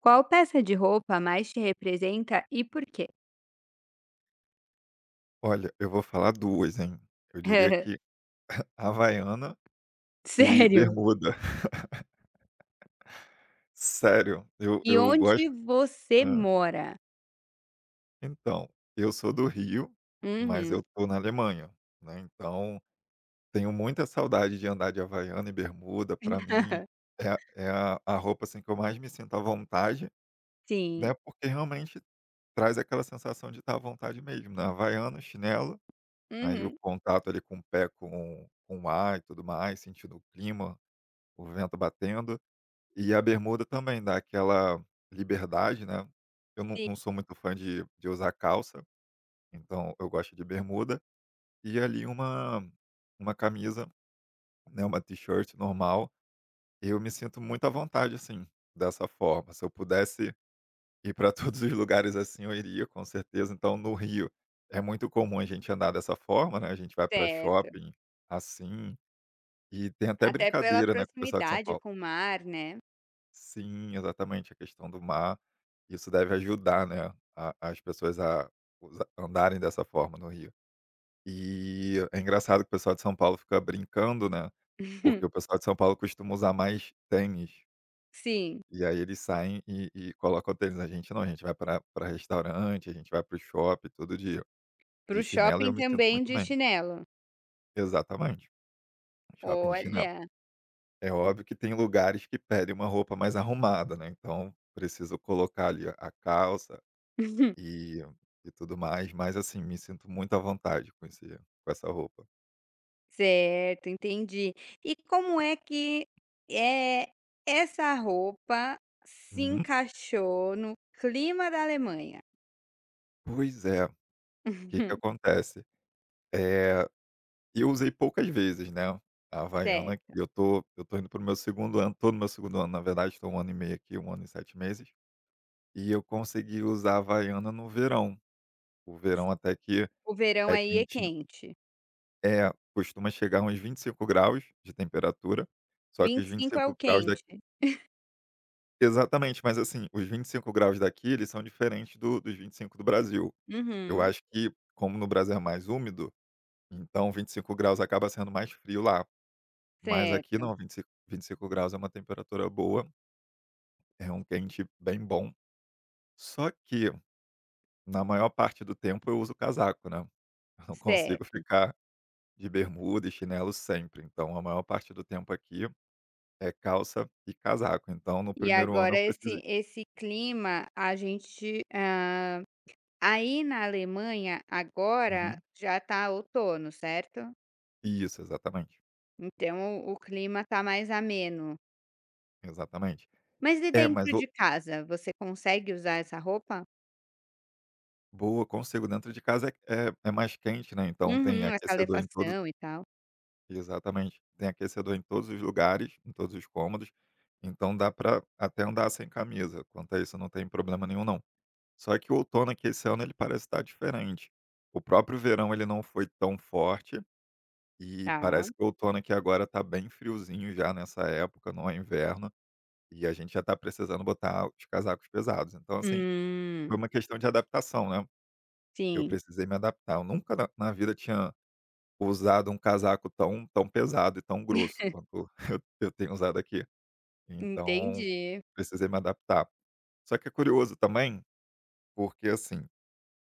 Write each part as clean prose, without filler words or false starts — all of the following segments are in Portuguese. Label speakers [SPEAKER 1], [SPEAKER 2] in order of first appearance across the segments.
[SPEAKER 1] Qual peça de roupa mais te representa e por quê?
[SPEAKER 2] Olha, eu vou falar 2, hein. Eu diria que havaiana e
[SPEAKER 1] Sério?
[SPEAKER 2] bermuda. Sério, eu
[SPEAKER 1] E
[SPEAKER 2] eu gosto.
[SPEAKER 1] onde você
[SPEAKER 2] Hã.
[SPEAKER 1] mora?
[SPEAKER 2] Então, eu sou do Rio, mas
[SPEAKER 1] Uhum.
[SPEAKER 2] eu tô na Alemanha, né, então tenho muita saudade de andar de havaiana e bermuda. Para mim é é a roupa, assim, que eu mais me sinto à vontade,
[SPEAKER 1] Sim.
[SPEAKER 2] né, porque realmente traz aquela sensação de estar à vontade mesmo, né. Havaiana, chinelo, aí o
[SPEAKER 1] Uhum.
[SPEAKER 2] contato ali com o pé com o ar e tudo mais, sentindo o clima, o vento batendo. E a bermuda também dá aquela liberdade, né. Eu não
[SPEAKER 1] Sim,
[SPEAKER 2] não sou muito fã de usar calça, então eu gosto de bermuda, e ali uma camisa, né, uma t-shirt normal, eu me sinto muito à vontade, assim, dessa forma. Se eu pudesse ir para todos os lugares assim, eu iria, com certeza. Então no Rio é muito comum a gente andar dessa forma, né, a gente vai para
[SPEAKER 1] certo.
[SPEAKER 2] shopping assim, e tem até
[SPEAKER 1] Até pela
[SPEAKER 2] brincadeira, né, com o pessoal de São
[SPEAKER 1] proximidade
[SPEAKER 2] Paulo.
[SPEAKER 1] com o mar, né.
[SPEAKER 2] Sim, exatamente, a questão do mar, isso deve ajudar, né, a as pessoas a usa andarem dessa forma no Rio. E é engraçado que o pessoal de São Paulo fica brincando, né, porque o pessoal de São Paulo costuma usar mais tênis,
[SPEAKER 1] Sim.
[SPEAKER 2] e aí eles saem e colocam o tênis, a gente não, a gente vai para pra restaurante, a gente vai para o shopping todo dia
[SPEAKER 1] Pro
[SPEAKER 2] de chinelo e eu
[SPEAKER 1] shopping
[SPEAKER 2] me sinto
[SPEAKER 1] também
[SPEAKER 2] muito
[SPEAKER 1] de
[SPEAKER 2] bem.
[SPEAKER 1] chinelo.
[SPEAKER 2] Exatamente, um shopping de chinelo.
[SPEAKER 1] Olha.
[SPEAKER 2] É óbvio que tem lugares que pedem uma roupa mais arrumada, né, então preciso colocar ali a calça. E e tudo mais, mas assim, me sinto muito à vontade com esse com essa roupa.
[SPEAKER 1] Certo, entendi. E como é que, é essa roupa se
[SPEAKER 2] Uhum.
[SPEAKER 1] encaixou no clima da Alemanha?
[SPEAKER 2] Pois é, o que que acontece? é eu usei poucas vezes, né, a Havaiana, que
[SPEAKER 1] Certo.
[SPEAKER 2] eu tô indo pro meu segundo ano tô no meu segundo ano, na verdade, estou um ano e meio aqui, um ano e 7 meses, e eu consegui usar a Havaiana no verão. O verão até que
[SPEAKER 1] O verão
[SPEAKER 2] é
[SPEAKER 1] aí é
[SPEAKER 2] quentinho.
[SPEAKER 1] quente.
[SPEAKER 2] É, costuma chegar uns 25 graus de temperatura, só que
[SPEAKER 1] vinte
[SPEAKER 2] os
[SPEAKER 1] e
[SPEAKER 2] vinte e
[SPEAKER 1] cinco é o
[SPEAKER 2] cinco graus da.
[SPEAKER 1] quente.
[SPEAKER 2] Exatamente, mas assim, os 25 graus daqui, eles são diferentes do dos 25 do Brasil. Eu
[SPEAKER 1] Uhum.
[SPEAKER 2] acho que, como no Brasil é mais úmido, então 25 graus acaba sendo mais frio lá. Mas aqui
[SPEAKER 1] Certo,
[SPEAKER 2] não, vinte e cinco graus é uma temperatura boa, é um quente bem bom. Só que, na maior parte do tempo, eu uso casaco, né. Eu não consigo
[SPEAKER 1] certo.
[SPEAKER 2] ficar de bermuda e chinelo sempre, então a maior parte do tempo aqui é calça e casaco. Então no
[SPEAKER 1] E
[SPEAKER 2] primeiro ano
[SPEAKER 1] agora
[SPEAKER 2] eu precisei.
[SPEAKER 1] esse clima a gente, aí na Alemanha agora
[SPEAKER 2] Uhum.
[SPEAKER 1] já tá outono, certo?
[SPEAKER 2] Isso, exatamente,
[SPEAKER 1] Então o clima tá mais ameno.
[SPEAKER 2] exatamente.
[SPEAKER 1] Mas e
[SPEAKER 2] É, mas
[SPEAKER 1] dentro de casa, você consegue usar essa roupa?
[SPEAKER 2] boa, consigo. Dentro de casa é mais quente, né, então tem
[SPEAKER 1] Uhum, a
[SPEAKER 2] aquecedor em todos.
[SPEAKER 1] calefação e tal.
[SPEAKER 2] Exatamente. Tem aquecedor em todos os lugares, em todos os cômodos, então dá para até andar sem camisa, quanto a isso não tem problema nenhum não. Só que o outono aqui esse ano ele parece estar diferente. O próprio verão ele não foi tão forte, e
[SPEAKER 1] Tá.
[SPEAKER 2] parece que o outono aqui agora tá bem friozinho já nessa época, não é inverno, e a gente já tá precisando botar os casacos pesados. Então assim, foi
[SPEAKER 1] Hum,
[SPEAKER 2] uma questão de adaptação, né. Eu
[SPEAKER 1] sim,
[SPEAKER 2] precisei me adaptar. Eu nunca na vida tinha usado um casaco tão tão pesado e tão grosso quanto eu tenho usado aqui. Então,
[SPEAKER 1] entendi.
[SPEAKER 2] precisei me adaptar. Só que é curioso também, porque, assim,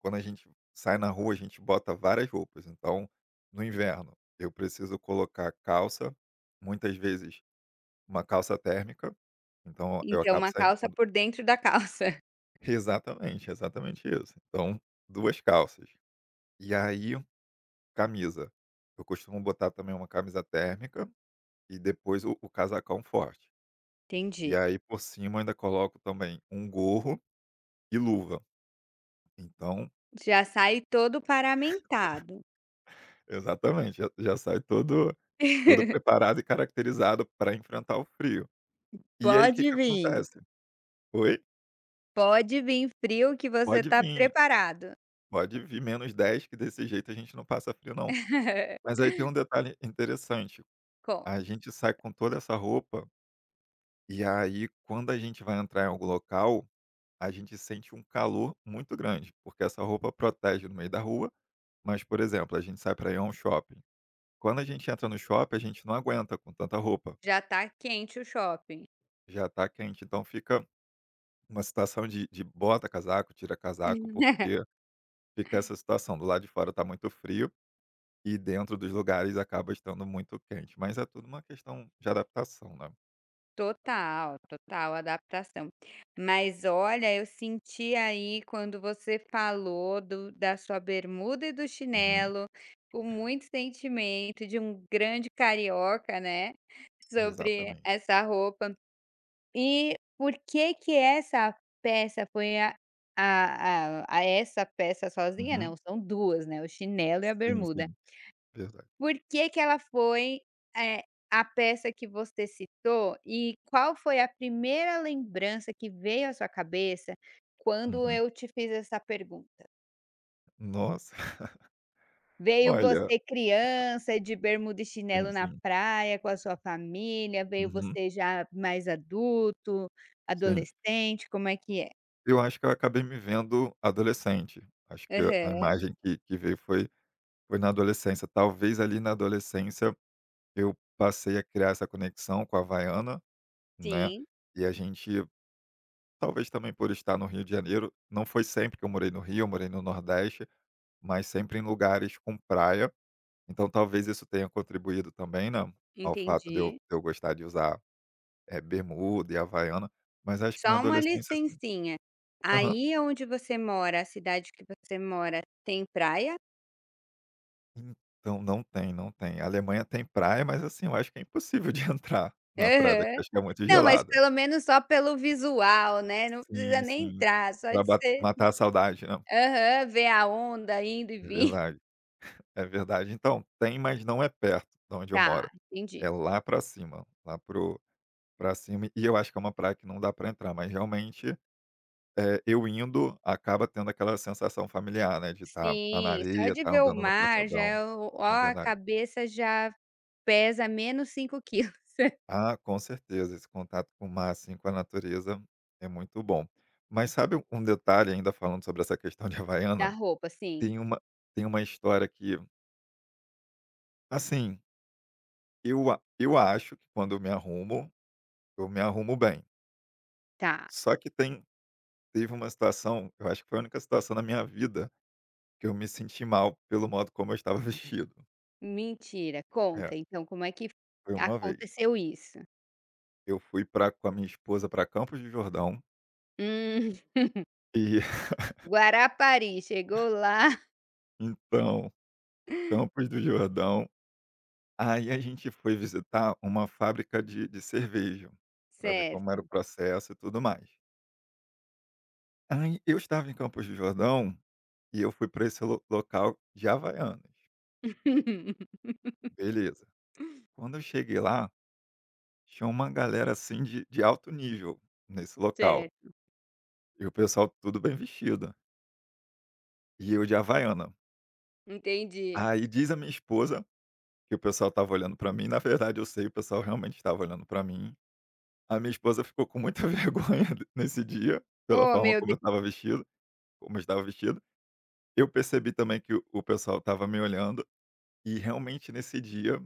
[SPEAKER 2] quando a gente sai na rua, a gente bota várias roupas. Então, no inverno, eu preciso colocar calça, muitas vezes uma calça térmica, então eu
[SPEAKER 1] Então
[SPEAKER 2] acabo
[SPEAKER 1] uma
[SPEAKER 2] saindo
[SPEAKER 1] calça
[SPEAKER 2] com.
[SPEAKER 1] por dentro da calça.
[SPEAKER 2] Exatamente, exatamente isso. Então, 2 calças. E aí camisa. Eu costumo botar também uma camisa térmica e depois o casacão forte. E
[SPEAKER 1] Entendi.
[SPEAKER 2] aí por cima eu ainda coloco também um gorro e luva. Então
[SPEAKER 1] Já sai todo paramentado.
[SPEAKER 2] exatamente, já sai todo preparado e caracterizado para enfrentar o frio. E aí o que
[SPEAKER 1] Pode
[SPEAKER 2] que
[SPEAKER 1] vir.
[SPEAKER 2] acontece? Oi?
[SPEAKER 1] Pode vir. Frio que você
[SPEAKER 2] Pode
[SPEAKER 1] tá
[SPEAKER 2] vir,
[SPEAKER 1] preparado.
[SPEAKER 2] pode vir -10. Que desse jeito a gente não passa frio não. Mas aí tem um detalhe interessante,
[SPEAKER 1] Com
[SPEAKER 2] a gente sai com toda essa roupa, e aí quando a gente vai entrar em algum local a gente sente um calor muito grande, porque essa roupa protege no meio da rua, mas, por exemplo, a gente sai para ir a um shopping. Quando a gente entra no shopping, a gente não aguenta com tanta roupa,
[SPEAKER 1] já tá quente o shopping.
[SPEAKER 2] já está quente, então fica uma situação de bota casaco, tira casaco, porque fica essa situação, do lado de fora está muito frio e dentro dos lugares acaba estando muito quente, mas é tudo uma questão de adaptação, né.
[SPEAKER 1] Total, total adaptação. Mas olha, eu senti aí quando você falou do da sua bermuda e do
[SPEAKER 2] Uhum,
[SPEAKER 1] chinelo, com muito sentimento de um grande carioca, né, sobre
[SPEAKER 2] exatamente.
[SPEAKER 1] essa roupa. E por que que essa peça foi a essa peça sozinha
[SPEAKER 2] Uhum.
[SPEAKER 1] não, são 2, né, o chinelo e a
[SPEAKER 2] Sim,
[SPEAKER 1] bermuda.
[SPEAKER 2] sim, verdade.
[SPEAKER 1] Por que que ela foi, eh, a peça que você citou e qual foi a primeira lembrança que veio à sua cabeça quando
[SPEAKER 2] Uhum.
[SPEAKER 1] eu te fiz essa pergunta?
[SPEAKER 2] Nossa,
[SPEAKER 1] Veio
[SPEAKER 2] olha,
[SPEAKER 1] você criança, de bermuda e
[SPEAKER 2] sim,
[SPEAKER 1] chinelo na
[SPEAKER 2] sim.
[SPEAKER 1] praia com a sua família, veio
[SPEAKER 2] Uhum,
[SPEAKER 1] você já mais adulto,
[SPEAKER 2] sim.
[SPEAKER 1] adolescente, como é que é?
[SPEAKER 2] Eu acho que eu acabei me vendo adolescente. Acho que a
[SPEAKER 1] Aham.
[SPEAKER 2] imagem que veio foi na adolescência. Talvez ali na adolescência eu passei a criar essa conexão com a Havaiana, né,
[SPEAKER 1] Sim,
[SPEAKER 2] e a gente talvez também por estar no Rio de Janeiro, não foi sempre que eu morei no Rio, eu morei no Nordeste, mas sempre em lugares com praia, então talvez isso tenha contribuído também, né, ao fato de eu
[SPEAKER 1] entendi.
[SPEAKER 2] de eu gostar de usar, bermuda e Havaiana, mas acho que na
[SPEAKER 1] Só uma
[SPEAKER 2] adolescência sim.
[SPEAKER 1] licencinha. Aí onde você mora, a cidade que você mora, tem praia?
[SPEAKER 2] Então, não tem, não tem. A Alemanha tem praia, mas assim, eu acho que é impossível de entrar na praia daqui,
[SPEAKER 1] Aham.
[SPEAKER 2] acho que é muito
[SPEAKER 1] Não, mas
[SPEAKER 2] gelada.
[SPEAKER 1] pelo menos só pelo visual, né, não precisa
[SPEAKER 2] Sim,
[SPEAKER 1] nem
[SPEAKER 2] sim,
[SPEAKER 1] entrar, só
[SPEAKER 2] pra
[SPEAKER 1] de
[SPEAKER 2] ba
[SPEAKER 1] ser
[SPEAKER 2] matar a saudade, né.
[SPEAKER 1] aham, ver a onda indo e
[SPEAKER 2] É
[SPEAKER 1] vindo.
[SPEAKER 2] verdade, é verdade. Então, tem, mas não é perto da onde eu
[SPEAKER 1] Tá,
[SPEAKER 2] moro.
[SPEAKER 1] entendi.
[SPEAKER 2] É lá pra cima, lá para pra cima, e eu acho que é uma praia que não dá pra entrar, mas realmente, eu indo, acaba tendo aquela sensação familiar, né, de estar na
[SPEAKER 1] Sim, só
[SPEAKER 2] areia,
[SPEAKER 1] de
[SPEAKER 2] estar tá
[SPEAKER 1] ver o
[SPEAKER 2] andando no
[SPEAKER 1] mar já
[SPEAKER 2] calçadão.
[SPEAKER 1] é o ó,
[SPEAKER 2] É
[SPEAKER 1] a
[SPEAKER 2] verdade.
[SPEAKER 1] cabeça já pesa menos 5 quilos.
[SPEAKER 2] Ah, com certeza, esse contato com o mar, assim, com a natureza é muito bom. Mas sabe um detalhe ainda falando sobre essa questão de
[SPEAKER 1] Da
[SPEAKER 2] Havaiana?
[SPEAKER 1] roupa, sim.
[SPEAKER 2] Tem uma tem uma história que, assim, eu acho que quando eu me arrumo bem.
[SPEAKER 1] Tá,
[SPEAKER 2] Só que tem teve uma situação, eu acho que foi a única situação na minha vida que eu me senti mal pelo modo como eu estava vestido.
[SPEAKER 1] mentira.
[SPEAKER 2] É,
[SPEAKER 1] Conta, então, como é que
[SPEAKER 2] foi uma vez.
[SPEAKER 1] aconteceu isso?
[SPEAKER 2] Eu fui pra com a minha esposa para Campos do Jordão,
[SPEAKER 1] Hum,
[SPEAKER 2] e
[SPEAKER 1] Guarapari, chegou lá,
[SPEAKER 2] então, Campos do Jordão. Aí a gente foi visitar uma fábrica de cerveja, para ver como era o
[SPEAKER 1] certo.
[SPEAKER 2] processo e tudo mais. Aí eu estava em Campos do Jordão e eu fui para esse lo local de Havaianas, beleza. Quando eu cheguei lá, tinha uma galera, assim, de alto nível nesse local,
[SPEAKER 1] Certo,
[SPEAKER 2] e o pessoal tudo bem vestido, e eu de Havaiana.
[SPEAKER 1] entendi.
[SPEAKER 2] Aí diz a minha esposa que o pessoal estava olhando para mim, na verdade eu sei, o pessoal realmente estava olhando para mim. A minha esposa ficou com muita vergonha nesse dia, pela
[SPEAKER 1] Oh,
[SPEAKER 2] forma
[SPEAKER 1] meu
[SPEAKER 2] como
[SPEAKER 1] Deus,
[SPEAKER 2] eu estava vestido, como eu estava vestido. Eu percebi também que o pessoal estava me olhando e realmente nesse dia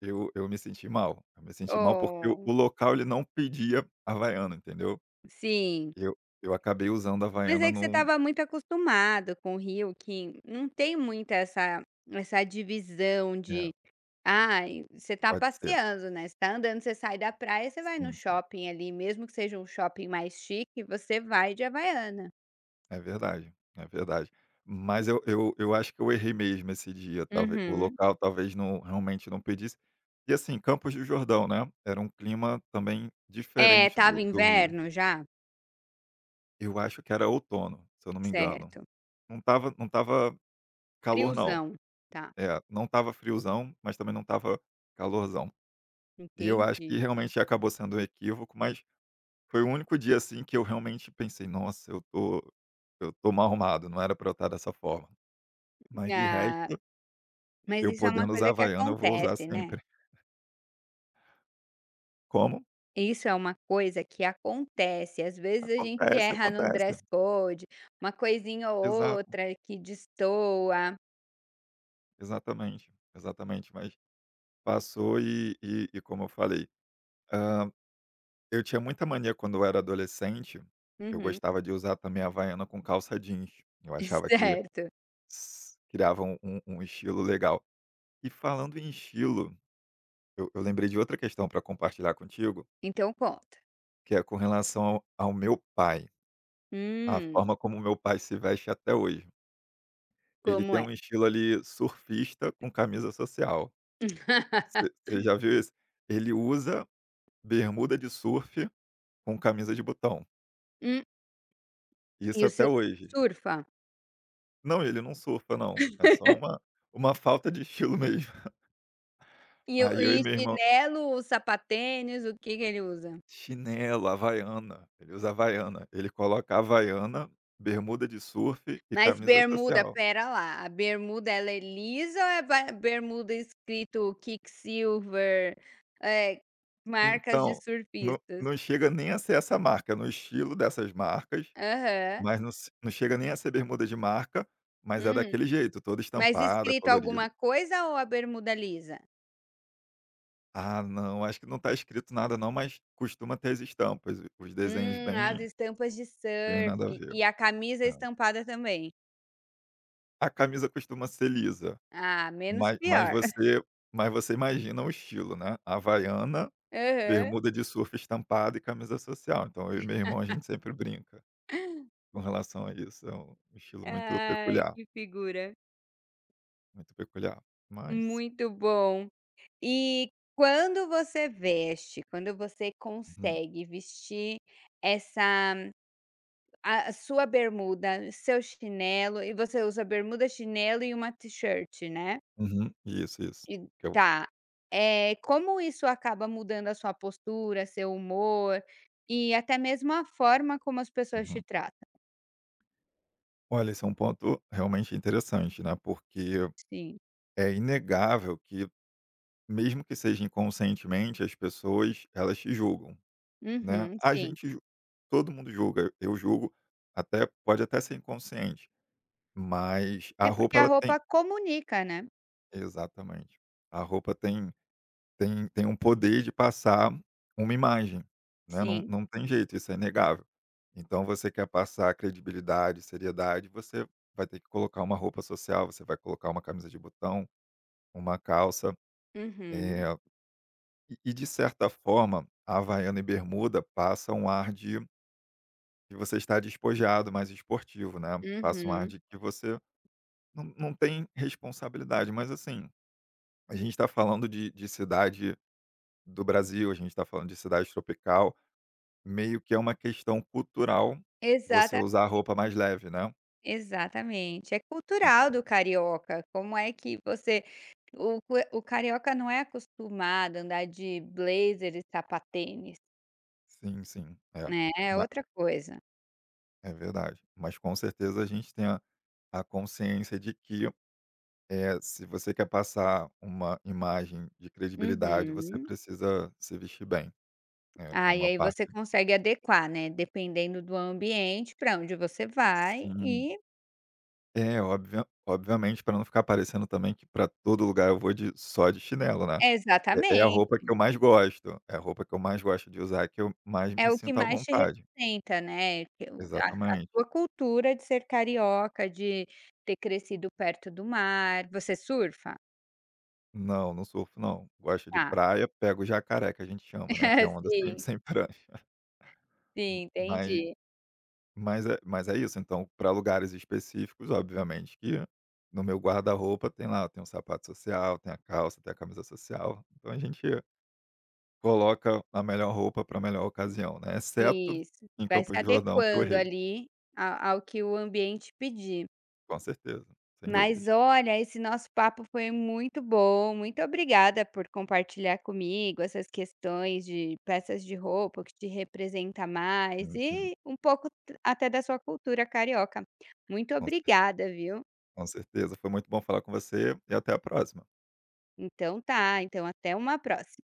[SPEAKER 2] eu me senti mal. Eu me senti mal porque o
[SPEAKER 1] oh,
[SPEAKER 2] o local ele não pedia Havaiana, entendeu?
[SPEAKER 1] sim.
[SPEAKER 2] Eu acabei usando
[SPEAKER 1] Mas
[SPEAKER 2] Havaiana
[SPEAKER 1] é que você
[SPEAKER 2] num,
[SPEAKER 1] estava muito acostumado com o Rio, que não tem muita essa essa divisão de,
[SPEAKER 2] é,
[SPEAKER 1] ai, você está
[SPEAKER 2] pode ser.
[SPEAKER 1] passeando, né, você está andando, você sai da praia, você vai no
[SPEAKER 2] Sim, sim.
[SPEAKER 1] shopping ali, mesmo que seja um shopping mais chique, você vai de Havaiana.
[SPEAKER 2] É verdade, é verdade. Mas eu acho que eu errei mesmo esse dia, talvez o
[SPEAKER 1] Uhum.
[SPEAKER 2] local talvez não realmente não pedisse. E assim, Campos do Jordão, né, era um clima também
[SPEAKER 1] É,
[SPEAKER 2] diferente
[SPEAKER 1] estava
[SPEAKER 2] do Rio.
[SPEAKER 1] inverno já?
[SPEAKER 2] Eu acho que era outono, se eu não me engano.
[SPEAKER 1] Certo.
[SPEAKER 2] Não estava calor não.
[SPEAKER 1] Friozão, tá.
[SPEAKER 2] É, não estava friozão, mas também não estava calorzão. E eu acho
[SPEAKER 1] Entendi.
[SPEAKER 2] que realmente acabou sendo um equívoco, mas foi o único dia, assim, que eu realmente pensei: "Nossa, eu tô mal arrumado, não era pra eu estar dessa forma". Mas de resto,
[SPEAKER 1] Ah, mas
[SPEAKER 2] eu
[SPEAKER 1] isso é uma
[SPEAKER 2] podendo usar
[SPEAKER 1] coisa que
[SPEAKER 2] havaiana, eu vou usar
[SPEAKER 1] acontece, né.
[SPEAKER 2] sempre. Como?
[SPEAKER 1] Isso é uma coisa que acontece, às vezes a gente
[SPEAKER 2] Acontece,
[SPEAKER 1] erra no
[SPEAKER 2] acontece.
[SPEAKER 1] dress code, uma coisinha ou
[SPEAKER 2] Exato,
[SPEAKER 1] outra que destoa.
[SPEAKER 2] exatamente, exatamente. Mas passou e como eu falei, ah, eu tinha muita mania quando eu era adolescente, eu
[SPEAKER 1] Uhum.
[SPEAKER 2] gostava de usar também Havaiana com calça jeans. Eu achava que
[SPEAKER 1] Certo.
[SPEAKER 2] criava um estilo legal. E falando em estilo, eu lembrei de outra questão para compartilhar contigo,
[SPEAKER 1] Então conta.
[SPEAKER 2] que é com relação ao meu pai, a
[SPEAKER 1] Hum,
[SPEAKER 2] forma como meu pai se veste até hoje. Ele
[SPEAKER 1] como
[SPEAKER 2] tem
[SPEAKER 1] é?
[SPEAKER 2] um estilo ali surfista com camisa social. Você já viu isso? Ele usa bermuda de surf com camisa de botão.
[SPEAKER 1] Hum, e
[SPEAKER 2] Isso
[SPEAKER 1] o
[SPEAKER 2] até
[SPEAKER 1] seu pai
[SPEAKER 2] hoje.
[SPEAKER 1] surfa?
[SPEAKER 2] Não, ele não surfa não, é só uma falta de estilo mesmo.
[SPEAKER 1] E o
[SPEAKER 2] Aí eu e
[SPEAKER 1] e
[SPEAKER 2] meu irmão
[SPEAKER 1] chinelo, o sapatênis, o que que ele usa?
[SPEAKER 2] chinelo, havaiana, ele usa havaiana, ele coloca havaiana, bermuda de surf e
[SPEAKER 1] Mas
[SPEAKER 2] camisa
[SPEAKER 1] bermuda,
[SPEAKER 2] social.
[SPEAKER 1] pera lá, a bermuda ela é lisa ou é ba bermuda escrito Kicksilver, eh, marcas de
[SPEAKER 2] Então, não
[SPEAKER 1] surfistas?
[SPEAKER 2] não chega nem a ser essa marca, é no estilo dessas marcas,
[SPEAKER 1] Aham.
[SPEAKER 2] mas não chega nem a ser bermuda de marca, mas é
[SPEAKER 1] Uhum.
[SPEAKER 2] daquele jeito, toda
[SPEAKER 1] Mas
[SPEAKER 2] estampada,
[SPEAKER 1] escrito
[SPEAKER 2] colorida.
[SPEAKER 1] alguma coisa ou a bermuda lisa?
[SPEAKER 2] Ah não, acho que não tá escrito nada não, mas costuma ter as estampas, os desenhos
[SPEAKER 1] As
[SPEAKER 2] bem
[SPEAKER 1] estampas de
[SPEAKER 2] bem
[SPEAKER 1] surf
[SPEAKER 2] nada a ver.
[SPEAKER 1] e a camisa
[SPEAKER 2] É.
[SPEAKER 1] estampada também.
[SPEAKER 2] A camisa costuma ser lisa,
[SPEAKER 1] Ah, menos
[SPEAKER 2] mas mas
[SPEAKER 1] pior.
[SPEAKER 2] você mas você imagina o estilo, né, havaiana,
[SPEAKER 1] Aham.
[SPEAKER 2] bermuda de surf estampada e camisa social, então eu e meu irmão a gente sempre brinca com relação a isso, é um estilo
[SPEAKER 1] Ai, que figura.
[SPEAKER 2] muito peculiar, mas
[SPEAKER 1] Muito bom. E quando você veste, quando você
[SPEAKER 2] uhum,
[SPEAKER 1] consegue vestir essa a sua bermuda, seu chinelo e você usa bermuda, chinelo e uma t-shirt, né.
[SPEAKER 2] uhum, isso,
[SPEAKER 1] E
[SPEAKER 2] que eu
[SPEAKER 1] tá, como isso acaba mudando a sua postura, seu humor e até mesmo a forma como as pessoas te
[SPEAKER 2] uhum.
[SPEAKER 1] tratam?
[SPEAKER 2] Olha, esse é um ponto realmente interessante, né, porque
[SPEAKER 1] Sim.
[SPEAKER 2] é inegável que, mesmo que seja inconscientemente, as pessoas, elas te julgam. Né,
[SPEAKER 1] Uhum,
[SPEAKER 2] a
[SPEAKER 1] sim.
[SPEAKER 2] gente ju todo mundo julga, eu julgo, até pode até ser inconsciente, mas a
[SPEAKER 1] É porque
[SPEAKER 2] roupa
[SPEAKER 1] a
[SPEAKER 2] ela
[SPEAKER 1] roupa
[SPEAKER 2] tem,
[SPEAKER 1] comunica, né.
[SPEAKER 2] exatamente. A roupa tem um poder de passar uma imagem, né, não
[SPEAKER 1] Sim.
[SPEAKER 2] não tem jeito, isso é inegável. Então você quer passar credibilidade, seriedade, você vai ter que colocar uma roupa social, você vai colocar uma camisa de botão, uma calça,
[SPEAKER 1] Uhum,
[SPEAKER 2] eh, e de certa forma, a havaiana e bermuda passa um ar de. E você está despojado, mais esportivo, né, passa um ar
[SPEAKER 1] uhum.
[SPEAKER 2] de que você não não tem responsabilidade. Mas assim, a gente está falando de cidade do Brasil, a gente está falando de cidade tropical, meio que é uma questão cultural você
[SPEAKER 1] Exata
[SPEAKER 2] usar a roupa mais leve, né.
[SPEAKER 1] Exatamente, é
[SPEAKER 2] Hum,
[SPEAKER 1] cultural do carioca. Como é que você o carioca não é acostumado a andar de blazer e sapatênis,
[SPEAKER 2] sim, sim, é.
[SPEAKER 1] né, é
[SPEAKER 2] Ma
[SPEAKER 1] outra coisa.
[SPEAKER 2] É verdade. Mas com certeza a gente tem a consciência de que, se você quer passar uma imagem de credibilidade, você
[SPEAKER 1] Uhum.
[SPEAKER 2] precisa se vestir bem. É
[SPEAKER 1] Ah, e
[SPEAKER 2] uma
[SPEAKER 1] aí você
[SPEAKER 2] parte,
[SPEAKER 1] consegue adequar, né, dependendo do ambiente para onde você vai
[SPEAKER 2] sim.
[SPEAKER 1] e
[SPEAKER 2] É, obviamente, para não ficar parecendo também que para todo lugar eu vou de só de chinelo, né. É a
[SPEAKER 1] exatamente,
[SPEAKER 2] roupa que eu mais gosto, é a roupa que eu mais gosto de usar, que eu mais
[SPEAKER 1] é
[SPEAKER 2] me
[SPEAKER 1] o que
[SPEAKER 2] sinto à
[SPEAKER 1] mais te
[SPEAKER 2] vontade.
[SPEAKER 1] representa, né, que o a
[SPEAKER 2] Exatamente.
[SPEAKER 1] sua cultura de ser carioca, de ter crescido perto do mar. Você surfa?
[SPEAKER 2] Não, não surfo não. Gosto de
[SPEAKER 1] Tá,
[SPEAKER 2] praia, pego jacaré que a gente chama, né, que é onda sem
[SPEAKER 1] sim.
[SPEAKER 2] sem prancha. M
[SPEAKER 1] Sim, entendi.
[SPEAKER 2] mas é isso, então para lugares específicos, obviamente que no meu guarda-roupa tem lá, tem o sapato social, tem a calça, tem a camisa social, então a gente coloca a melhor roupa para a melhor ocasião, né, exceto
[SPEAKER 1] Isso,
[SPEAKER 2] em
[SPEAKER 1] vai se
[SPEAKER 2] Campos do Jordão que eu
[SPEAKER 1] adequando
[SPEAKER 2] errei,
[SPEAKER 1] ali a ao que o ambiente pedir.
[SPEAKER 2] com certeza, sem dúvidas.
[SPEAKER 1] Mas olha, esse nosso papo foi muito bom, muito obrigada por compartilhar comigo essas questões de peças de roupa, o que te representa mais
[SPEAKER 2] Sim, sim,
[SPEAKER 1] e um pouco t até da sua cultura carioca. Muito
[SPEAKER 2] com cer
[SPEAKER 1] obrigada, viu.
[SPEAKER 2] com certeza, foi muito bom falar com você e até a próxima.
[SPEAKER 1] Então tá, então até uma próxima.